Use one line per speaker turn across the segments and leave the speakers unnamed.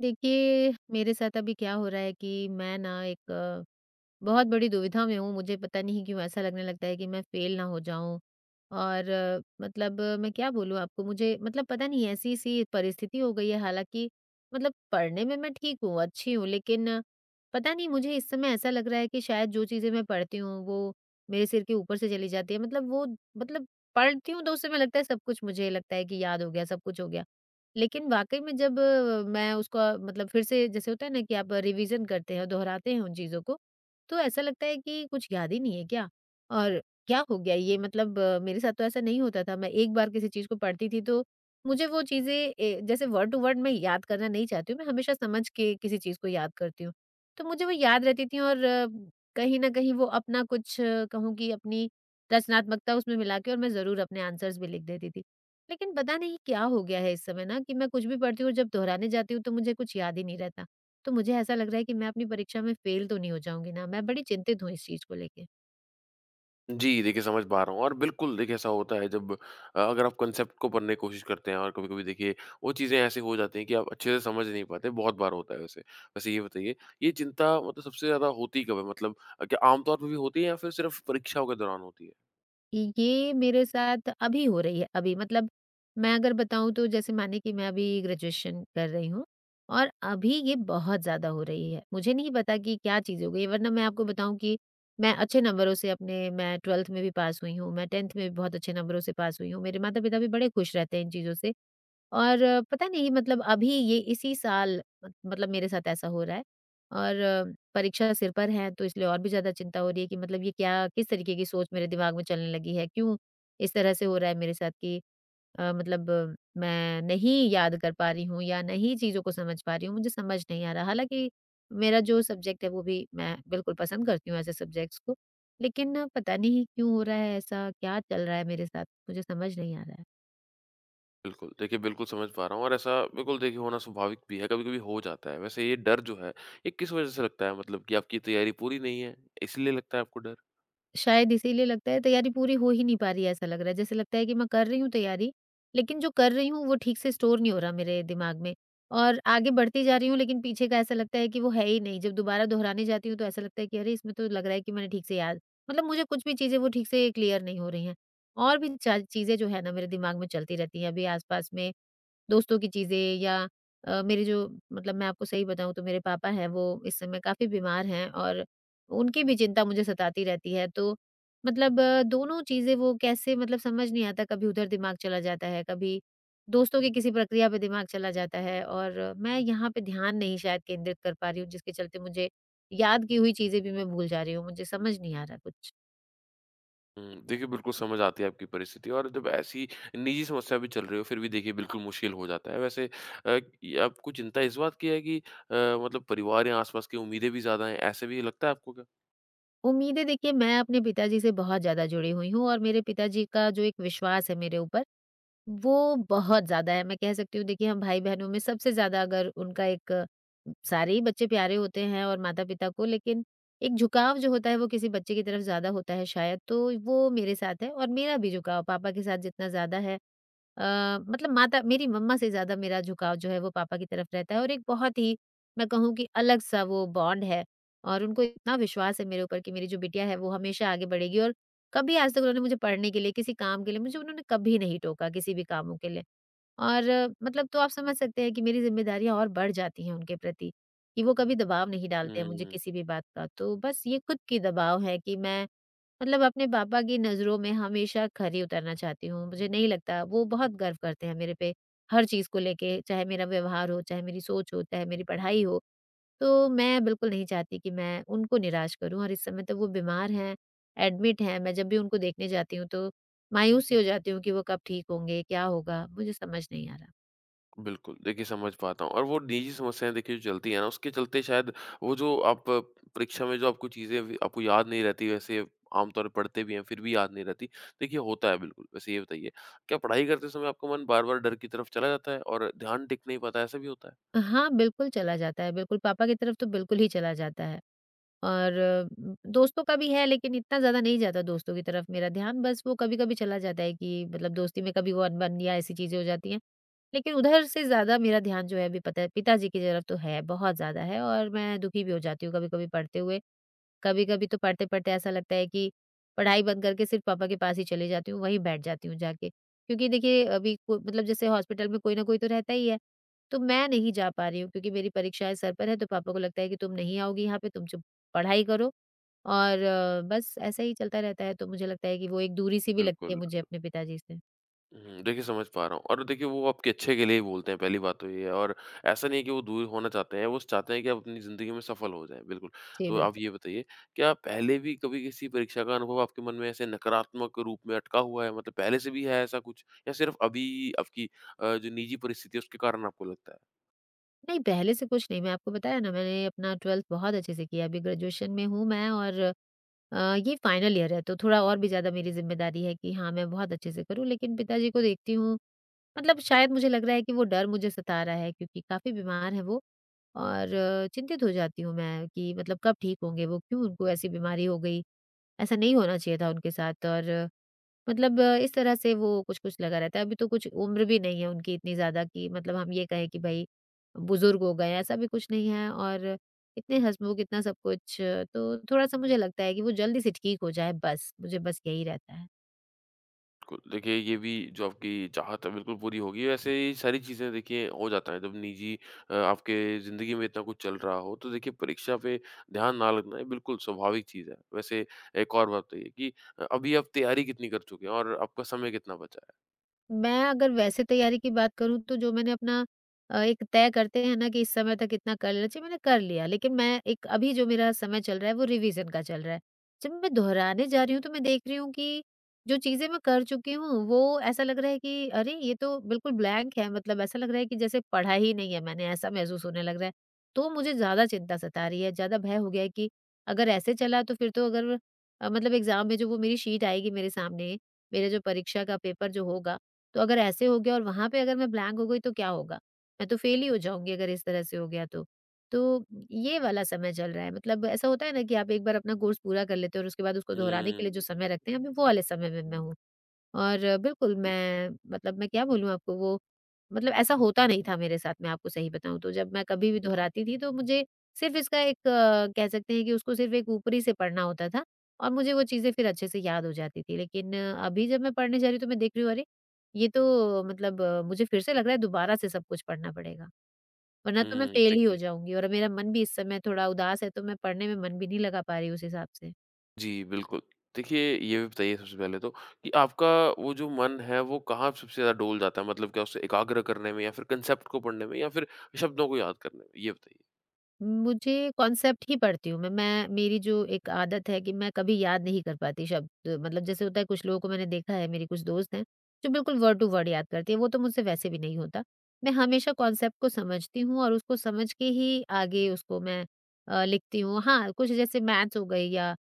देखिए, मेरे साथ अभी क्या हो रहा है कि मैं ना एक बहुत बड़ी दुविधा में हूँ। मुझे पता नहीं क्यों ऐसा लगने लगता है कि मैं फेल ना हो जाऊँ। और मतलब मैं क्या बोलूँ आपको, मुझे मतलब पता नहीं, ऐसी-सी परिस्थिति हो गई है। हालाँकि मतलब पढ़ने में मैं ठीक हूँ, अच्छी हूँ, लेकिन पता नहीं मुझे इस समय ऐसा लग रहा है कि शायद जो चीज़ें मैं पढ़ती हूँ वो मेरे सिर के ऊपर से चली जाती है। मतलब वो मतलब पढ़ती हूँ तो उस समय लगता है सब कुछ, मुझे लगता है कि याद हो गया, सब कुछ हो गया। लेकिन वाक़ई में जब मैं उसका मतलब फिर से, जैसे होता है ना कि आप रिवीज़न करते हैं, दोहराते हैं उन चीज़ों को, तो ऐसा लगता है कि कुछ याद ही नहीं है क्या? और क्या हो गया ये? मतलब मेरे साथ तो ऐसा नहीं होता था, मैं एक बार किसी चीज़ को पढ़ती थी तो मुझे वो चीज़ें, जैसे वर्ड टू वर्ड मैं याद करना नहीं चाहती हूँ, मैं हमेशा समझ के किसी चीज़ को याद करती हूँ। तो मुझे वो याद रहती थी और कहीं न कहीं वो अपना कुछ, कहूँ कि अपनी रचनात्मकता उसमें मिला के, और मैं ज़रूर अपने आंसर्स भी लिख देती थी। लेकिन पता नहीं क्या हो गया है इस समय ना कि मैं कुछ भी पढ़ती हूँ, जब दोहराने जाती हूँ तो मुझे कुछ याद ही नहीं रहता। तो मुझे ऐसा लग रहा है कि मैं अपनी परीक्षा में फेल तो नहीं हो जाऊँगी ना? मैं बड़ी चिंतित हूँ इस चीज़ को लेके।
जी, देखिए समझ पा रहा हूँ और बिल्कुल देखिए ऐसा होता है जब अगर आप कॉन्सेप्ट को पढ़ने की कोशिश करते हैं, और कभी-कभी देखिए वो चीज़ें ऐसी हो जाती हैं कि आप अच्छे से समझ नहीं पाते, बहुत बार होता है वैसे। वैसे ये बताइए, ये चिंता मतलब सबसे ज़्यादा होती कब है? मतलब क्या आम तौर पे भी होती है या फिर सिर्फ़ परीक्षाओं के दौरान होती है?
ये मेरे साथ अभी हो रही है, अभी मतलब मैं अगर बताऊँ तो, जैसे मानिए कि मैं अभी ग्रेजुएशन कर रही हूँ और अभी ये बहुत ज़्यादा हो रही है। मुझे नहीं पता कि क्या चीज़ हो गई है, वरना मैं आपको बताऊँ कि मैं अच्छे नंबरों से अपने मैं 12th में भी पास हुई हूँ, मैं 10th में भी बहुत अच्छे नंबरों से पास हुई हूँ। मेरे माता-पिता भी बड़े खुश रहते हैं इन चीज़ों से। और पता नहीं मतलब अभी ये इसी साल मत मतलब मेरे साथ ऐसा हो रहा है और परीक्षा सिर पर है, तो इसलिए और भी ज़्यादा चिंता हो रही है कि मतलब ये क्या, किस तरीके की सोच मेरे दिमाग में चलने लगी है? क्यों इस तरह से हो रहा है मेरे साथ कि मतलब मैं नहीं याद कर पा रही हूँ या नहीं चीज़ों को समझ पा रही हूँ, मुझे समझ नहीं आ रहा। हालाँकि मेरा जो सब्जेक्ट है वो भी मैं बिल्कुल पसंद करती हूँ, ऐसे सब्जेक्ट्स को, लेकिन पता नहीं क्यों हो रहा है ऐसा? क्या चल रहा है मेरे साथ? मुझे समझ नहीं आ रहा है।
बिल्कुल, देखिए बिल्कुल समझ पा रहा हूँ, और ऐसा बिल्कुल देखिए होना स्वाभाविक भी है, कभी-कभी हो जाता है। वैसे ये डर जो है, ये किस वजह से लगता है, मतलब कि आपकी तैयारी पूरी नहीं है, इसलिए लगता है आपको डर?
शायद इसीलिए लगता है, तैयारी पूरी हो ही नहीं पा रही है ऐसा लग रहा है। जैसे लगता है कि मैं कर रही हूँ तैयारी, लेकिन जो कर रही हूँ वो ठीक से स्टोर नहीं हो रहा मेरे दिमाग में और आगे बढ़ती जा रही हूँ, लेकिन पीछे का ऐसा लगता है कि वो है ही नहीं। जब दोबारा दोहराने जाती हूँ तो ऐसा लगता है कि अरे! इसमें तो लग रहा है कि मैंने ठीक से याद, मतलब मुझे कुछ भी चीज़ें वो ठीक से क्लियर नहीं हो रही हैं। और भी चा चीज़ें जो है ना मेरे दिमाग में चलती रहती हैं। अभी आस-पास में दोस्तों की चीज़ें या मेरे जो, मतलब मैं आपको सही बताऊँ तो मेरे पापा हैं, वो इस समय काफ़ी बीमार हैं और उनकी भी चिंता मुझे सताती रहती है। तो मतलब दोनों चीज़ें, वो कैसे मतलब समझ नहीं आता, कभी उधर दिमाग चला जाता है, कभी दोस्तों की किसी प्रक्रिया पे दिमाग चला जाता है और मैं यहाँ पे ध्यान नहीं शायद केंद्रित कर पा रही हूँ, जिसके चलते मुझे याद की हुई चीज़ें भी मैं भूल जा रही हूँ। मुझे समझ नहीं आ रहा कुछ।
देखिए बिल्कुल समझ आती है आपकी परिस्थिति, और जब ऐसी निजी समस्या भी चल रही हो फिर भी देखिए बिल्कुल मुश्किल हो जाता है। वैसे ये आपको चिंता इस बात की है कि मतलब परिवार या आस-पास की उम्मीदें भी ज़्यादा हैं, ऐसे भी लगता है आपको क्या?
उम्मीदें, देखिए मैं अपने पिताजी से बहुत ज़्यादा जुड़ी हुई हूँ और मेरे पिताजी का जो एक विश्वास है मेरे ऊपर, वो बहुत ज़्यादा है। मैं कह सकती हूँ देखिए, हम भाई-बहनों में सबसे ज़्यादा अगर उनका एक सारे ही बच्चे प्यारे होते हैं और माता-पिता को, लेकिन एक झुकाव जो होता है वो किसी बच्चे की तरफ ज़्यादा होता है शायद, तो वो मेरे साथ है और मेरा भी झुकाव पापा के साथ जितना ज़्यादा है, अ, मतलब माता मेरी मम्मा से ज़्यादा मेरा झुकाव जो है वो पापा की तरफ रहता है और एक बहुत ही, मैं कहूँ कि अलग-सा वो बॉन्ड है। और उनको इतना विश्वास है मेरे ऊपर कि मेरी जो बिटिया है वो हमेशा आगे बढ़ेगी और कभी आज तक उन्होंने मुझे पढ़ने के लिए, किसी काम के लिए मुझे उन्होंने कभी नहीं टोका, किसी भी कामों के लिए। और मतलब तो आप समझ सकते हैं कि मेरी ज़िम्मेदारियाँ और बढ़ जाती हैं उनके प्रति, कि वो कभी दबाव नहीं डालते हैं मुझे
हुँ,
किसी भी बात का। तो बस ये खुद की दबाव है कि मैं मतलब अपने पापा की नज़रों में हमेशा खरी उतरना चाहती हूँ। मुझे नहीं लगता, वो बहुत गर्व करते हैं मेरे पे, हर चीज़ को लेके, चाहे मेरा व्यवहार हो, चाहे मेरी सोच हो, चाहे मेरी पढ़ाई हो। तो मैं बिल्कुल नहीं चाहती कि मैं उनको निराश करूँ और इस समय तो वो बीमार हैं, एडमिट हैं। मैं जब भी उनको देखने जाती हूँ तो मायूस सी हो जाती हूँ कि वो कब ठीक होंगे, क्या होगा? मुझे समझ नहीं आ रहा।
बिल्कुल देखिए समझ पाता हूँ, और वो निजी समस्याएँ देखिए जो चलती हैं ना, उसके चलते शायद वो जो आप परीक्षा में जो आपको चीज़ें व आपको याद नहीं रहती, वैसे आम तौर पे पढ़ते भी हैं फिर भी याद नहीं रहती। देखिए होता है बिल्कुल। वैसे ये बताइए, क्या पढ़ाई करते समय आपका मन बार-बार डर की तरफ चला जाता है और ध्यान टिक नहीं पाता, ऐसा भी होता है?
हाँ, बिल्कुल चला जाता है, बिल्कुल, पापा की तरफ तो बिल्कुल ही चला जाता है। और दोस्तों का भी है, लेकिन इतना ज़्यादा नहीं जाता दोस्तों की तरफ मेरा ध्यान, बस वो कभी-कभी चला जाता है कि मतलब दोस्ती में कभी वो अनबन या ऐसी चीज़ें हो जाती हैं। लेकिन उधर से ज़्यादा मेरा ध्यान जो है अभी, पता है, पिताजी की तरफ तो है, बहुत ज़्यादा है और मैं दुखी भी हो जाती हूँ कभी-कभी पढ़ते हुए। कभी-कभी तो पढ़ते-पढ़ते ऐसा लगता है कि पढ़ाई बंद करके सिर्फ पापा के पास ही चली जाती हूँ, वहीं बैठ जाती हूँ जाके। क्योंकि देखिए, अभी को मतलब जैसे हॉस्पिटल में कोई ना कोई तो रहता ही है, तो मैं नहीं जा पा रही हूँ क्योंकि मेरी परीक्षाएँ सर पर है, तो पापा को लगता है कि तुम नहीं आओगी यहाँ पे, तुम चुप पढ़ाई करो और बस ऐसा ही चलता रहता है। तो मुझे लगता है कि वो एक दूरी सी भी लगती है
बिल्कुल।
मुझे अपने पिताजी से।
देखिए समझ पा रहा हूँ, और देखिए वो आपके अच्छे के लिए ही बोलते हैं, पहली बात तो ये है, और ऐसा नहीं है कि वो दूर होना चाहते हैं, वो चाहते हैं कि आप अपनी ज़िंदगी में सफल हो जाएँ, बिल्कुल।
जी,
तो आप ये
बिल्कुल।
बताइए, क्या पहले भी कभी किसी परीक्षा का अनुभव आपके मन में ऐसे नकारात्मक रूप में अटका हुआ है? मतलब पहले से भी है ऐसा कुछ, या सिर्फ़ अभी आपकी जो निजी परिस्थिति है उसके कारण आपको लगता है?
नहीं, पहले से कुछ नहीं, मैं आपको बताया ना, मैंने अपना 12th बहुत अच्छे से किया, अभी ग्रेजुएशन में हूँ मैं और ये फाइनल ईयर है, तो थोड़ा और भी ज़्यादा मेरी ज़िम्मेदारी है कि हाँ, मैं बहुत अच्छे से करूँ। लेकिन पिताजी को देखती हूँ, मतलब शायद मुझे लग रहा है कि वो डर मुझे सता रहा है क्योंकि काफ़ी बीमार हैं वो और चिंतित हो जाती हूँ मैं कि मतलब कब ठीक होंगे वो, क्यों उनको ऐसी बीमारी हो गई? ऐसा नहीं होना चाहिए था उनके साथ। और मतलब इस तरह से वो कुछ-कुछ लगा रहता है। अभी तो कुछ उम्र भी नहीं है उनकी इतनी ज़्यादा कि मतलब हम ये कहें कि भई बुज़ुर्ग हो गए हैं, ऐसा भी कुछ नहीं है और इतने हँसमुख, इतना सब कुछ, तो थोड़ा-सा मुझे लगता है कि वो जल्दी से ठीक हो जाए बस, मुझे बस यही रहता है।
बिल्कुल, देखिए ये भी जो आपकी चाहत है, बिल्कुल पूरी होगी। वैसे ये सारी चीज़ें देखिए हो जाता है, जब निजी आपके ज़िंदगी में इतना कुछ चल रहा हो, तो देखिए परीक्षा पे ध्यान ना लगना, ये बिल्कुल स्वाभाविक चीज़ है। वैसे एक और बात बताइए कि अभी आप तैयारी कितनी कर चुके हैं और आपका समय कितना बचा है?
मैं अगर वैसे तैयारी की बात करूँ तो जो मैंने अपना एक तय करते हैं ना कि इस समय तक इतना कर लेना चाहिए, मैंने कर लिया। लेकिन मैं एक अभी जो मेरा समय चल रहा है वो रिवीज़न का चल रहा है। जब मैं दोहराने जा रही हूँ तो मैं देख रही हूँ कि जो चीज़ें मैं कर चुकी हूँ वो ऐसा लग रहा है कि अरे! ये तो बिल्कुल ब्लैंक है, मतलब ऐसा लग रहा है कि जैसे पढ़ा ही नहीं है मैंने, ऐसा महसूस होने लग रहा है। तो मुझे ज़्यादा चिंता सता रही है, ज़्यादा भय हो गया है कि अगर ऐसे चला तो फिर तो, अगर मतलब एग्ज़ाम में जो वो मेरी शीट आएगी मेरे सामने, मेरा जो परीक्षा का पेपर जो होगा, तो अगर ऐसे हो गया और वहाँ पे अगर मैं ब्लैंक हो गई तो क्या होगा? मैं तो फ़ेल ही हो जाऊँगी अगर इस तरह से हो गया तो। तो ये वाला समय चल रहा है, मतलब ऐसा होता है ना कि आप एक बार अपना कोर्स पूरा कर लेते हो और उसके बाद उसको दोहराने के लिए जो
हुँ।
समय रखते हैं, अभी वो वाले समय में मैं
हुँ,
हूँ। और बिल्कुल
जी,
मैं, मतलब मैं क्या बोलूँ आपको, वो मतलब ऐसा होता नहीं था मेरे साथ। मैं आपको सही बताऊँ तो जब मैं कभी भी
बिल्कुल।
दोहराती थी तो मुझे सिर्फ़ इसका एक कह सकते हैं कि उसको सिर्फ़ एक ऊपरी से पढ़ना होता था और मुझे वो चीज़ें फिर अच्छे से याद हो जाती थी। लेकिन अभी जब मैं पढ़ने जा रही हूँ तो मैं देख रही हूँ, अरे! ये तो मतलब मुझे फिर से लग रहा है दोबारा से सब कुछ पढ़ना पड़ेगा, वरना तो मैं फ़ेल ही हो
देखिए,
जाऊँगी और मेरा मन भी इस समय थोड़ा उदास है तो मैं पढ़ने में मन भी नहीं लगा पा रही हूँ उस हिसाब से।
जी, बिल्कुल। देखिए ये भी बताइए, सबसे पहले तो कि आपका वो जो मन है, वो कहाँ सबसे ज़्यादा डोल जाता है? मतलब क्या उसे एकाग्र करने में, या फिर कॉन्सेप्ट को पढ़ने में, या फिर शब्दों को याद करने में? ये बताइए।
मुझे कॉन्सेप्ट ही पढ़ती हूँ मैं, मेरी जो एक आदत है कि मैं कभी याद नहीं कर पाती शब्द, मतलब जैसे होता है कुछ लोगों को मैंने देखा है, मेरी कुछ दोस्त हैं जो बिल्कुल वर्ड टू वर्ड याद करती है, वो तो मुझसे वैसे भी नहीं होता। मैं हमेशा कॉन्सेप्ट को समझती हूँ और उसको समझ के ही आगे उसको मैं लिखती हूँ। हाँ, कुछ जैसे मैथ्स हो गई या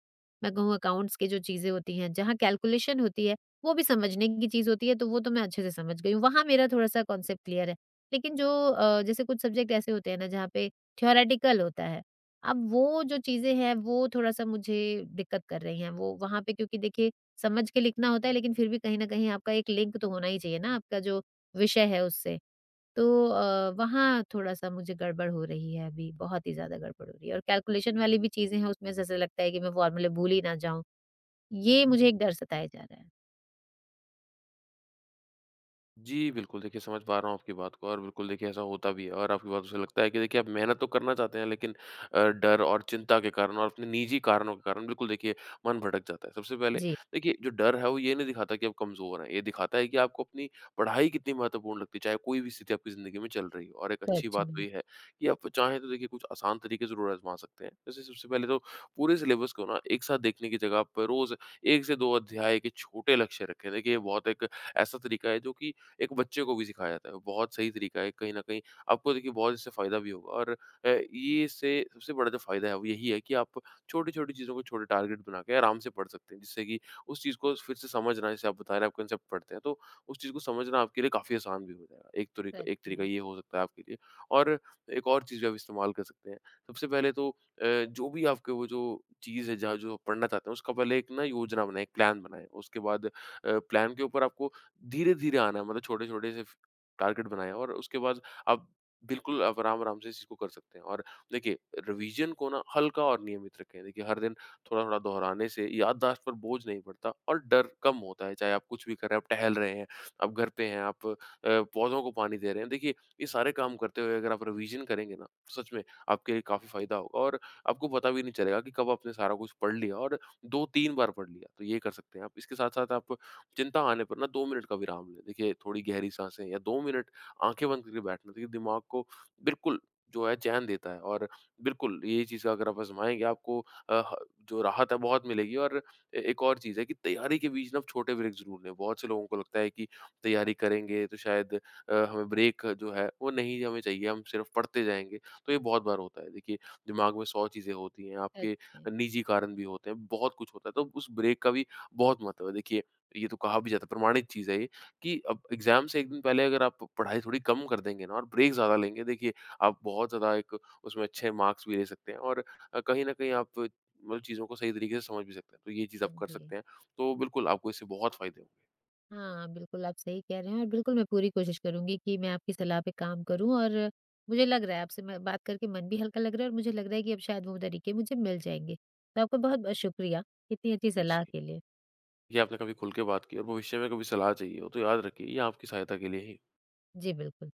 मैं कहूँ अकाउंट्स के जो चीज़ें होती हैं जहाँ कैलकुलेशन होती है, वो भी समझने की चीज़ होती है तो वो तो मैं अच्छे से समझ गई हूँ, वहाँ मेरा थोड़ा सा कॉन्सेप्ट क्लियर है। लेकिन जो जैसे कुछ सब्जेक्ट ऐसे होते हैं ना जहाँ पे थ्योरेटिकल होता है। अब वो जो चीज़ें हैं वो थोड़ा-सा मुझे दिक्कत कर रही हैं, वो वहाँ पे। क्योंकि देखिए, समझ के लिखना होता है लेकिन फिर भी कहीं न कहीं आपका एक लिंक तो होना ही चाहिए ना आपका जो विषय है उससे। तो वहाँ थोड़ा-सा मुझे गड़बड़ हो रही है अभी, बहुत ही ज़्यादा गड़बड़ हो रही है और कैलकुलेशन वाली भी चीज़ें हैं उसमें, जैसे लगता है कि मैं फॉर्मूले भूल ही ना जाऊँ। ये मुझे एक डर सताया जा रहा है।
जी, बिल्कुल देखिए समझ पा रहा हूँ आपकी बात को, और बिल्कुल देखिए ऐसा होता भी है, और आपकी बातों से लगता है कि देखिए आप मेहनत तो करना चाहते हैं, लेकिन डर और चिंता के कारण और अपने निजी कारणों के कारण बिल्कुल देखिए मन भटक जाता है। सबसे पहले
जी,
देखिए जो डर है, वो ये नहीं दिखाता कि आप कमज़ोर हैं, ये दिखाता है कि आपको अपनी पढ़ाई कितनी महत्वपूर्ण लगती है, चाहे कोई भी स्थिति आपकी ज़िंदगी में चल रही हो। और एक अच्छी
सच
बात तो
में,
ये है कि आप चाहें तो देखिए कुछ आसान तरीके ज़रूर आज़मा सकते हैं। जैसे सबसे पहले तो पूरे सिलेबस को ना एक साथ देखने की जगह, आप रोज़ 1 से 2 अध्याय के छोटे लक्ष्य रखें। देखिए ये बहुत एक ऐसा तरीका है, जो कि एक बच्चे को भी सिखाया जाता है। बहुत सही तरीका है, कहीं न कहीं आपको देखिए बहुत इससे फ़ायदा भी होगा। और ये इससे सबसे बड़ा जो फ़ायदा है वो यही है कि आप छोटी-छोटी चीज़ों को छोटे टारगेट बना के आराम से पढ़ सकते हैं। जिससे कि उस चीज़ को फिर से समझना, जैसे आप बता रहे हैं आप कॉन्सेप्ट पढ़ते हैं, तो उस चीज़ को समझना आपके लिए काफ़ी आसान भी हो जाएगा।
सच
एक तरीका
में,
ये हो सकता है आपके लिए। और एक और चीज़ भी आप इस्तेमाल कर सकते हैं। सबसे पहले तो जो भी आपके वो जो चीज़ है जहाँ जो आप पढ़ना चाहते हैं, उसका पहले एक ना योजना बनाएँ, एक प्लान बनाएँ। उसके बाद प्लान के ऊपर आपको धीरे-धीरे आना है, मतलब छोटे-छोटे से फ टारगेट बनाएँ, और उसके बाद आप बिल्कुल आप आराम-आराम से इस चीज़ को कर सकते हैं। और देखिए रिवीजन को ना हल्का और नियमित रखें। देखिए हर दिन थोड़ा-थोड़ा दोहराने से याददाश्त पर बोझ नहीं पड़ता और डर कम होता है, चाहे आप कुछ भी कर रहे हैं, आप टहल रहे हैं, आप घर पे हैं, आप पौधों को पानी दे रहे हैं। देखिए ये सारे काम करते हुए अगर आप रिवीजन करेंगे ना, सच में आपके लिए काफ़ी फ़ायदा होगा, और आपको पता भी नहीं चलेगा कि कब आपने सारा कुछ पढ़ लिया और 2-3 बार पढ़ लिया। तो ये कर सकते हैं आप। इसके साथ-साथ आप चिंता आने पर ना 2 मिनट का विराम लें। देखिए थोड़ी गहरी साँसें या 2 मिनट आँखें बंद करके बैठना, देखिए दिमाग को बिल्कुल जो है चैन देता है, और बिल्कुल ये चीज़ अगर आप आज़माएँगे, आपको अ, ह जो राहत है बहुत मिलेगी। और ए एक और चीज़ है कि तैयारी के बीच ना आप छोटे ब्रेक ज़रूर लें। बहुत से लोगों को लगता है कि तैयारी करेंगे तो शायद हमें ब्रेक जो है वो नहीं हमें चाहिए, हम सिर्फ़ पढ़ते जाएँगे। तो ये बहुत बार होता है। देखिए दिमाग में 100 चीज़ें होती हैं,
सच
आपके
में।
निजी कारण भी होते हैं, बहुत कुछ होता है। तो उस ब्रेक का भी बहुत महत्व है। देखिए ये तो कहा भी जाता है, प्रमाणित चीज़ है ये, कि अब एग्ज़ाम से 1 दिन पहले अगर आप पढ़ाई थोड़ी कम कर देंगे ना और ब्रेक ज़्यादा लेंगे, देखिए आप बहुत ज़्यादा एक उसमें अच्छे मार्क्स भी ले सकते हैं, और कहीं न कहीं आप मतलब चीज़ों को सही तरीके से समझ भी सकते हैं। तो ये चीज़ आप कर
समझी।
सकते हैं। तो बिल्कुल आपको इससे बहुत फ़ायदे होंगे।
हाँ, बिल्कुल आप सही कह रहे हैं और बिल्कुल मैं पूरी कोशिश करूँगी कि मैं आपकी सलाह पे काम करूँ और मुझे लग रहा है आपसे मैं बात करके मन भी हल्का लग रहा है और मुझे लग रहा है कि अब शायद वो तरीके मुझे मिल जाएँगे। तो आपका बहुत-बहुत शुक्रिया, इतनी अच्छी सलाह
जी।
के लिए।
ये आपने कभी खुल के बात की, और भविष्य में कभी सलाह चाहिए हो तो याद रखिए, ये आपकी सहायता के लिए ही
जी, बिल्कुल।